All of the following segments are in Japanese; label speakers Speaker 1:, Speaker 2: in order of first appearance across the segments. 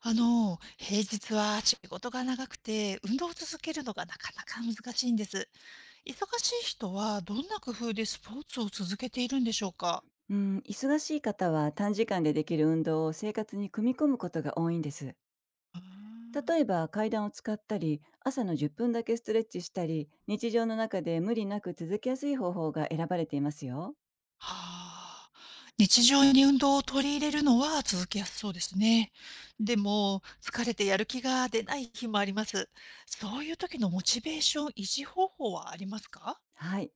Speaker 1: 平日は仕事が長くて、運動を続けるのがなかなか難しいんです。忙しい人はどんな工夫でスポーツを続けているんでしょうか？
Speaker 2: うん、忙しい方は短時間でできる運動を生活に組み込むことが多いんです。
Speaker 1: うーん。
Speaker 2: 例えば階段を使ったり、朝の10分だけストレッチしたり、日常の中で無理なく続けやすい方法が選ばれていますよ。
Speaker 1: はあ、日常に運動を取り入れるのは続けやすそうですね。でも、疲れてやる気が出ない日もあります。そういう時のモチベーション維持方法はありますか？
Speaker 2: はい。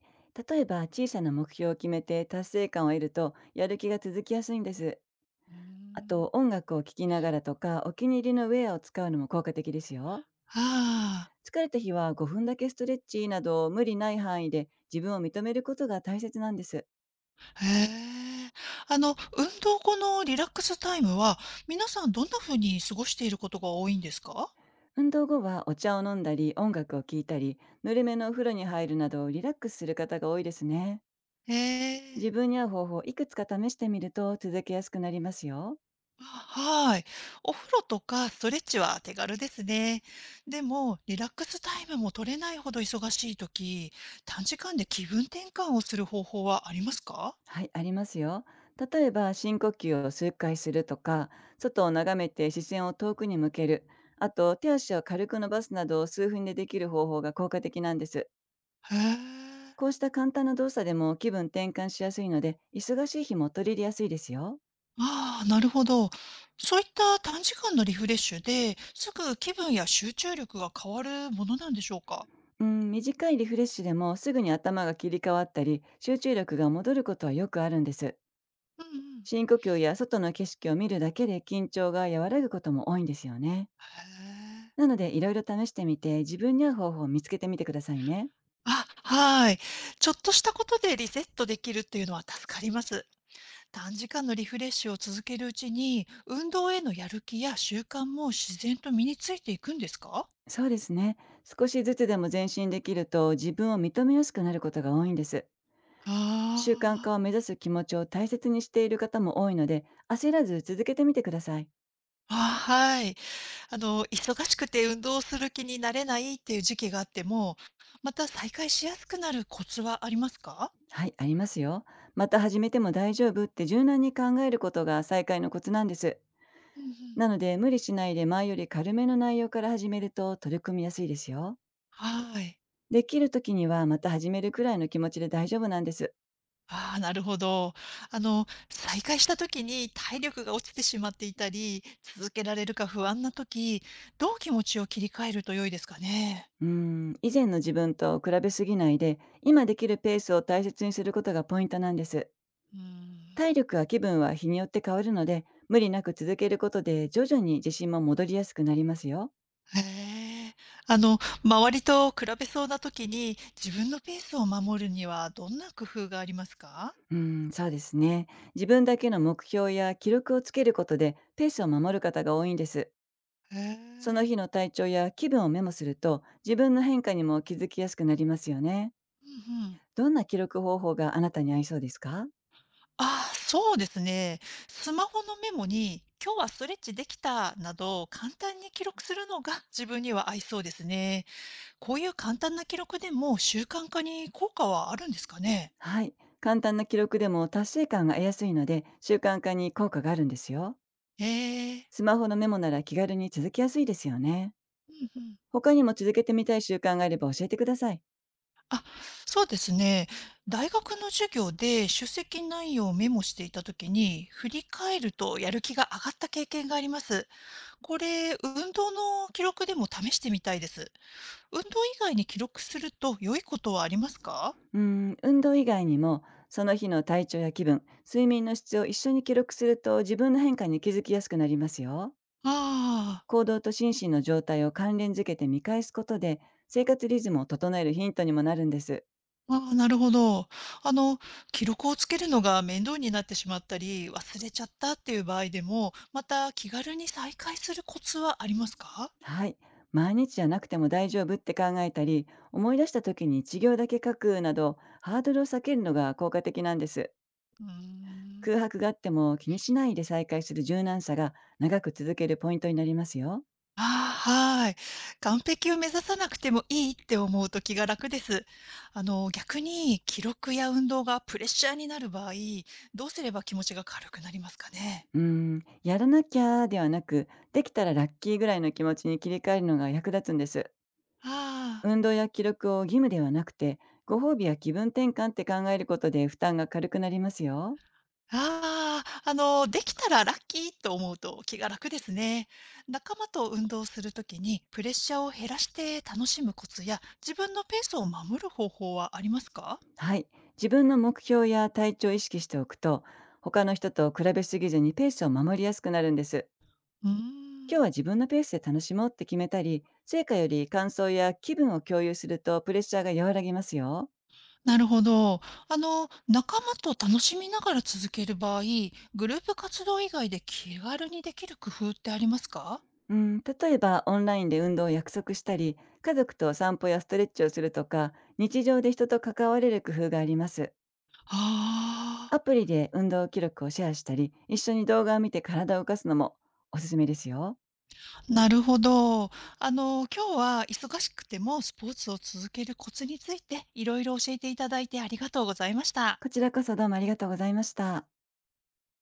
Speaker 2: 例えば小さな目標を決めて達成感を得るとやる気が続きやすいんです。
Speaker 1: うー
Speaker 2: あ
Speaker 1: ん。
Speaker 2: と音楽を聴きながらとかお気に入りのウェアを使うのも効果的ですよ。
Speaker 1: ああ。
Speaker 2: 疲れた日は5分だけストレッチなど無理ない範囲で自分を認めることが大切なんです。
Speaker 1: へえ。あの、運動後のリラックスタイムは、皆さんどんな風に過ごしていることが多いんですか？
Speaker 2: 運動後はお茶を飲んだり音楽を聴いたり、ぬるめのお風呂に入るなどリラックスする方が多いですね。
Speaker 1: へえ。
Speaker 2: 自分に合う方法をいくつか試してみると続けやすくなりますよ。
Speaker 1: あ、はい。お風呂とかストレッチは手軽ですね。でも、リラックスタイムも取れないほど忙しい時、短時間で気分転換をする方法はありますか？
Speaker 2: はい、ありますよ。例えば深呼吸を数回するとか、外を眺めて視線を遠くに向ける、あと手足を軽く伸ばすなど数分でできる方法が効果的なんです。
Speaker 1: へえ。
Speaker 2: こうした簡単な動作でも気分転換しやすいので、忙しい日も取り入れやすいですよ。
Speaker 1: ああ、なるほど。そういった短時間のリフレッシュで、すぐ気分や集中力が変わるものなんでしょうか？
Speaker 2: うん、短いリフレッシュでもすぐに頭が切り替わったり集中力が戻ることはよくあるんです。
Speaker 1: うんうん。
Speaker 2: 深呼吸や外の景色を見るだけで緊張が和らぐことも多いんですよね。
Speaker 1: へえ。
Speaker 2: なのでいろいろ試してみて自分に合う方法を見つけてみてくださいね。
Speaker 1: あ、はい。ちょっとしたことでリセットできるっていうのは助かります。短時間のリフレッシュを続けるうちに、運動へのやる気や習慣も自然と身についていくんですか？
Speaker 2: そうですね、少しずつでも前進できると自分を認めやすくなることが多いんです。習慣
Speaker 1: あ
Speaker 2: 化を目指す気持ちを大切にしている方も多いので、焦らず続けてみてください。
Speaker 1: あ、あ、はい。あの、忙しくて運動する気になれないっていう時期があっても、また再開しやすくなるコツはありますか？
Speaker 2: はい、ありますよ。また始めても大丈夫って柔軟に考えることが再開のコツなんです。
Speaker 1: うんうん。
Speaker 2: なので無理しないで前より軽めの内容から始めると取り組みやすいですよ。
Speaker 1: はい。
Speaker 2: できる時にはまた始めるくらいの気持ちで大丈夫なんです。
Speaker 1: ああ、なるほど。あの、再開した時に体力が落ちてしまっていたり、続けられるか不安な時、どう気持ちを切り替えると良いですかね？
Speaker 2: うーん、以前の自分と比べすぎないで、今できるペースを大切にすることがポイントなんです。
Speaker 1: うん。
Speaker 2: 体力や気分は日によって変わるので、無理なく続けることで徐々に自信も戻りやすくなりますよ。
Speaker 1: へえ。あの、周りと比べそうな時に、自分のペースを守るにはどんな工夫がありますか？
Speaker 2: うん、そうですね。自分だけの目標や記録をつけることでペースを守る方が多いんです。
Speaker 1: へ
Speaker 2: その
Speaker 1: え。
Speaker 2: 日の体調や気分をメモすると自分の変化にも気づきやすくなりますよね。
Speaker 1: うんうん。
Speaker 2: どんな記録方法があなたに合いそうですか？
Speaker 1: ああ、そうですね。スマホのメモに、今日はストレッチできたなど、簡単に記録するのが自分には合いそうですね。こういう簡単な記録でも習慣化に効果はあるんですかね？
Speaker 2: はい。簡単な記録でも達成感が得やすいので習慣化に効果があるんですよ。
Speaker 1: ええ。
Speaker 2: スマホのメモなら気軽に続きやすいですよね。
Speaker 1: うんうん。
Speaker 2: 他にも続けてみたい習慣があれば教えてください。
Speaker 1: あ、そうですね。大学の授業で出席内容をメモしていた時に、振り返るとやる気が上がった経験があります。これ、運動の記録でも試してみたいです。運動以外に記録すると良いことはありますか？
Speaker 2: うーん、運動以外にも、その日の体調や気分、睡眠の質を一緒に記録すると自分の変化に気づきやすくなりますよ。
Speaker 1: あ、あー。
Speaker 2: 行動と心身の状態を関連づけて見返すことで、生活リズムを整えるヒントにもなるんです。
Speaker 1: ああ、なるほど。あの、記録をつけるのが面倒になってしまったり、忘れちゃったっていう場合でも、また気軽に再開するコツはありますか？
Speaker 2: はい、毎日じゃなくても大丈夫って考えたり、思い出した時に一行だけ書くなどハードルを避けるのが効果的なんです。
Speaker 1: うー
Speaker 2: 空
Speaker 1: ん。
Speaker 2: 白があっても気にしないで再開する柔軟さが、長く続けるポイントになりますよ。
Speaker 1: ああ、はい。完璧を目指さなくてもいいって思うと気が楽です。あの、逆に記録や運動がプレッシャーになる場合、どうすれば気持ちが軽くなりますかね？
Speaker 2: うーん、やらなきゃではなく、できたらラッキーぐらいの気持ちに切り替えるのが役立つんです。
Speaker 1: ああ。
Speaker 2: 運動や記録を義務ではなくて、ご褒美や気分転換って考えることで負担が軽くなりますよ。
Speaker 1: ああ、あの、できたらラッキーと思うと気が楽ですね。仲間と運動するときにプレッシャーを減らして楽しむコツや自分のペースを守る方法はありますか？
Speaker 2: はい。自分の目標や体調を意識しておくと、他の人と比べすぎずにペースを守りやすくなるんです。
Speaker 1: うーん、
Speaker 2: 今日は自分のペースで楽しもうって決めたり、成果より感想や気分を共有するとプレッシャーが和らぎますよ。
Speaker 1: なるほど。あの、仲間と楽しみながら続ける場合、グループ活動以外で気軽にできる工夫ってありますか？
Speaker 2: うん、例えばオンラインで運動を約束したり、家族と散歩やストレッチをするとか、日常で人と関われる工夫があります。
Speaker 1: ああ
Speaker 2: ア
Speaker 1: ー。
Speaker 2: プリで運動記録をシェアしたり、一緒に動画を見て体を動かすのもおすすめですよ。
Speaker 1: なるほど。あの、今日は忙しくてもスポーツを続けるコツについていろいろ教えていただいてありがとうございました。
Speaker 2: こちらこそどうもありがとうございました。